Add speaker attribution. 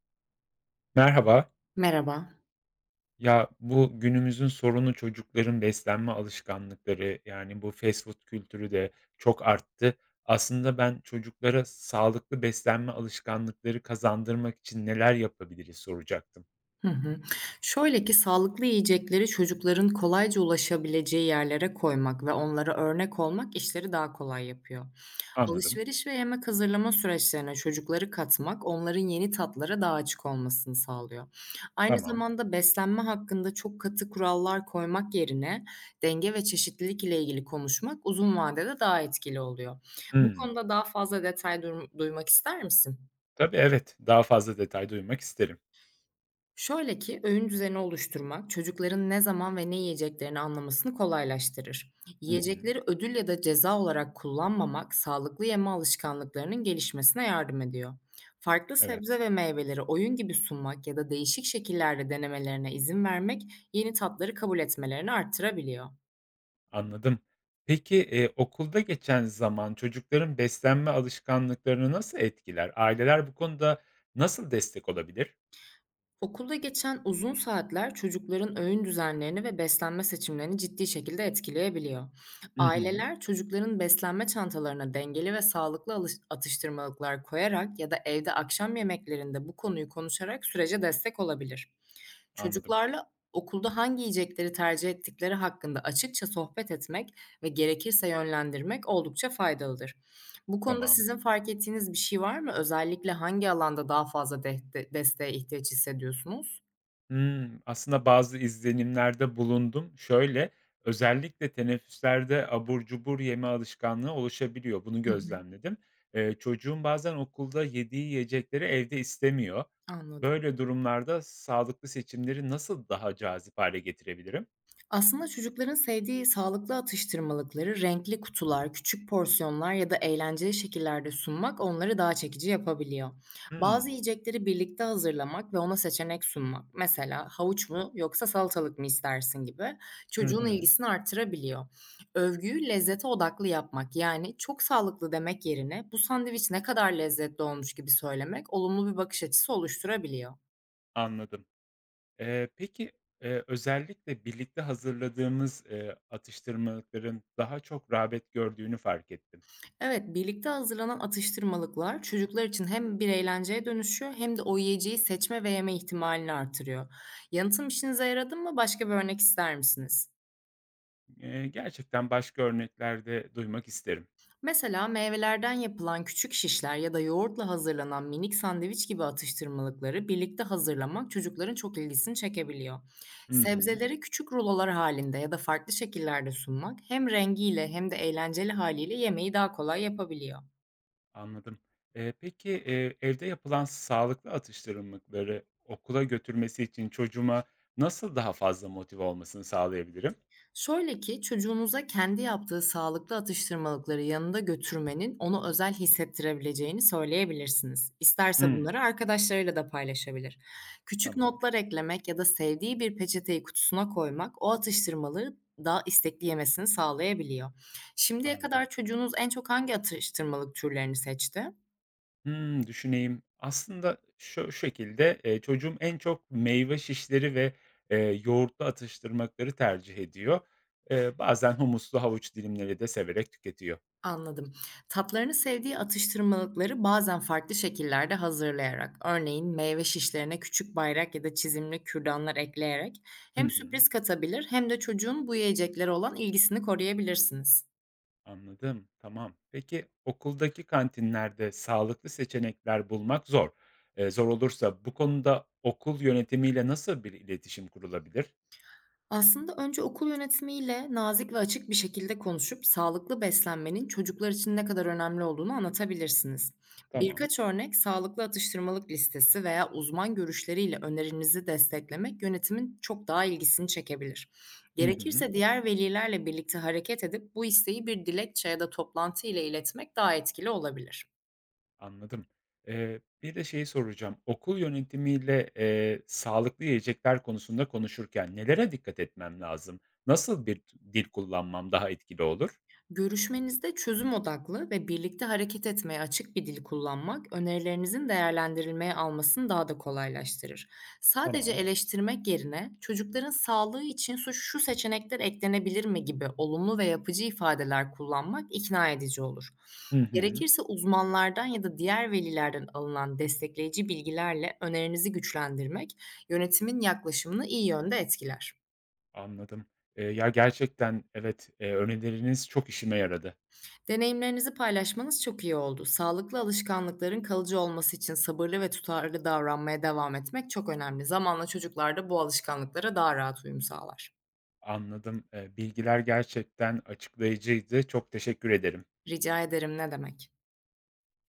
Speaker 1: Merhaba.
Speaker 2: Merhaba.
Speaker 1: Ya bu günümüzün sorunu çocukların beslenme alışkanlıkları, yani bu fast food kültürü de çok arttı. Aslında ben çocuklara sağlıklı beslenme alışkanlıkları kazandırmak için neler yapabiliriz soracaktım.
Speaker 2: Hı hı. Şöyle ki sağlıklı yiyecekleri çocukların kolayca ulaşabileceği yerlere koymak ve onlara örnek olmak işleri daha kolay yapıyor.
Speaker 1: Anladım.
Speaker 2: Alışveriş ve yemek hazırlama süreçlerine çocukları katmak onların yeni tatlara daha açık olmasını sağlıyor. Aynı
Speaker 1: Tamam.
Speaker 2: zamanda beslenme hakkında çok katı kurallar koymak yerine denge ve çeşitlilik ile ilgili konuşmak uzun vadede daha etkili oluyor. Bu
Speaker 1: Hımm.
Speaker 2: konuda daha fazla detay duymak ister misin?
Speaker 1: Tabii, evet. Daha fazla detay duymak isterim.
Speaker 2: Şöyle ki, öğün düzeni oluşturmak çocukların ne zaman ve ne yiyeceklerini anlamasını kolaylaştırır.
Speaker 1: Hı hı.
Speaker 2: Yiyecekleri ödül ya da ceza olarak kullanmamak sağlıklı yeme alışkanlıklarının gelişmesine yardım ediyor. Farklı
Speaker 1: Evet,
Speaker 2: sebze ve meyveleri oyun gibi sunmak ya da değişik şekillerde denemelerine izin vermek yeni tatları kabul etmelerini arttırabiliyor.
Speaker 1: anladım. Peki, okulda geçen zaman çocukların beslenme alışkanlıklarını nasıl etkiler? Aileler bu konuda nasıl destek olabilir?
Speaker 2: Okulda geçen uzun saatler çocukların öğün düzenlerini ve beslenme seçimlerini ciddi şekilde etkileyebiliyor. Evet.
Speaker 1: Hı hı.
Speaker 2: Aileler çocukların beslenme çantalarına dengeli ve sağlıklı atıştırmalıklar koyarak ya da evde akşam yemeklerinde bu konuyu konuşarak sürece destek olabilir.
Speaker 1: Anladım,
Speaker 2: Çocuklarla okulda hangi yiyecekleri tercih ettikleri hakkında açıkça sohbet etmek ve gerekirse yönlendirmek oldukça faydalıdır. Bu konuda
Speaker 1: tamam.
Speaker 2: sizin fark ettiğiniz bir şey var mı? Özellikle hangi alanda daha fazla desteğe ihtiyaç hissediyorsunuz?
Speaker 1: Hımm, aslında bazı izlenimlerde bulundum. Şöyle, özellikle teneffüslerde abur cubur yeme alışkanlığı oluşabiliyor. Bunu
Speaker 2: Hı hı,
Speaker 1: gözlemledim. Çocuğum bazen okulda yediği yiyecekleri evde istemiyor.
Speaker 2: anladım.
Speaker 1: Böyle durumlarda sağlıklı seçimleri nasıl daha cazip hale getirebilirim?
Speaker 2: Aslında çocukların sevdiği sağlıklı atıştırmalıkları renkli kutular, küçük porsiyonlar ya da eğlenceli şekillerde sunmak onları daha çekici yapabiliyor. Bazı
Speaker 1: Hımm.
Speaker 2: yiyecekleri birlikte hazırlamak ve ona seçenek sunmak, mesela havuç mu yoksa salatalık mı istersin gibi,
Speaker 1: Hı
Speaker 2: çocuğun
Speaker 1: hı.
Speaker 2: ilgisini artırabiliyor. Övgüyü lezzete odaklı yapmak, yani çok sağlıklı demek yerine bu sandviç ne kadar lezzetli olmuş gibi söylemek, olumlu bir bakış açısı oluşturabiliyor.
Speaker 1: Anladım. Peki, özellikle birlikte hazırladığımız atıştırmalıkların daha çok rağbet gördüğünü fark ettim.
Speaker 2: Evet, birlikte hazırlanan atıştırmalıklar çocuklar için hem bir eğlenceye dönüşüyor hem de o yiyeceği seçme ve yeme ihtimalini artırıyor. Yanıtım işinize yaradı mı? Başka bir örnek ister misiniz?
Speaker 1: Gerçekten başka örnekler de duymak isterim.
Speaker 2: Mesela meyvelerden yapılan küçük şişler ya da yoğurtla hazırlanan minik sandviç gibi atıştırmalıkları birlikte hazırlamak çocukların çok ilgisini çekebiliyor.
Speaker 1: Hı hı,
Speaker 2: Sebzeleri küçük rulolar halinde ya da farklı şekillerde sunmak hem rengiyle hem de eğlenceli haliyle yemeği daha kolay yapabiliyor.
Speaker 1: anladım. Peki, evde yapılan sağlıklı atıştırmalıkları okula götürmesi için çocuğuma nasıl daha fazla motive olmasını sağlayabilirim?
Speaker 2: Şöyle ki, çocuğunuza kendi yaptığı sağlıklı atıştırmalıkları yanında götürmenin onu özel hissettirebileceğini söyleyebilirsiniz. İsterse
Speaker 1: Hımm,
Speaker 2: bunları arkadaşlarıyla da paylaşabilir. Küçük
Speaker 1: tamam,
Speaker 2: notlar eklemek ya da sevdiği bir peçeteyi kutusuna koymak o atıştırmalığı daha istekli yemesini sağlayabiliyor. Şimdiye
Speaker 1: anladım.
Speaker 2: kadar çocuğunuz en çok hangi atıştırmalık türlerini seçti?
Speaker 1: Hımm, düşüneyim. Aslında şu şekilde, çocuğum en çok meyve şişleri ve yoğurtlu atıştırmalıkları tercih ediyor. Bazen humuslu havuç dilimleri de severek tüketiyor.
Speaker 2: Anladım. Tatlarını sevdiği atıştırmalıkları bazen farklı şekillerde hazırlayarak, örneğin meyve şişlerine küçük bayrak ya da çizimli kürdanlar ekleyerek,
Speaker 1: Hı
Speaker 2: hem
Speaker 1: hı.
Speaker 2: sürpriz katabilir hem de çocuğun bu yiyeceklere olan ilgisini koruyabilirsiniz.
Speaker 1: Anladım, tamam. Peki okuldaki kantinlerde sağlıklı seçenekler bulmak zor. Zor olursa bu konuda okul yönetimiyle nasıl bir iletişim kurulabilir?
Speaker 2: Aslında önce okul yönetimiyle nazik ve açık bir şekilde konuşup sağlıklı beslenmenin çocuklar için ne kadar önemli olduğunu anlatabilirsiniz.
Speaker 1: Tamam.
Speaker 2: Birkaç örnek sağlıklı atıştırmalık listesi veya uzman görüşleriyle önerinizi desteklemek yönetimin çok daha ilgisini çekebilir.
Speaker 1: Hı hı,
Speaker 2: Gerekirse diğer velilerle birlikte hareket edip bu isteği bir dilekçe ya da toplantı ile iletmek daha etkili olabilir.
Speaker 1: anladım. Bir de şeyi soracağım. Okul yönetimiyle sağlıklı yiyecekler konusunda konuşurken nelere dikkat etmem lazım? Nasıl bir dil kullanmam daha etkili olur?
Speaker 2: Görüşmenizde çözüm odaklı ve birlikte hareket etmeye açık bir dil kullanmak, önerilerinizin değerlendirilmeye almasını daha da kolaylaştırır. Sadece
Speaker 1: Tamam.
Speaker 2: eleştirmek yerine çocukların sağlığı için şu, şu seçenekler eklenebilir mi gibi olumlu ve yapıcı ifadeler kullanmak ikna edici olur.
Speaker 1: Hı hı,
Speaker 2: Gerekirse uzmanlardan ya da diğer velilerden alınan destekleyici bilgilerle önerinizi güçlendirmek yönetimin yaklaşımını iyi yönde etkiler.
Speaker 1: anladım. Ya, gerçekten evet, önerileriniz çok işime yaradı.
Speaker 2: Deneyimlerinizi paylaşmanız çok iyi oldu. Sağlıklı alışkanlıkların kalıcı olması için sabırlı ve tutarlı davranmaya devam etmek çok önemli. Zamanla çocuklar da bu alışkanlıklara daha rahat uyum sağlar.
Speaker 1: Anladım. Bilgiler gerçekten açıklayıcıydı. Çok teşekkür ederim.
Speaker 2: Rica ederim, ne demek.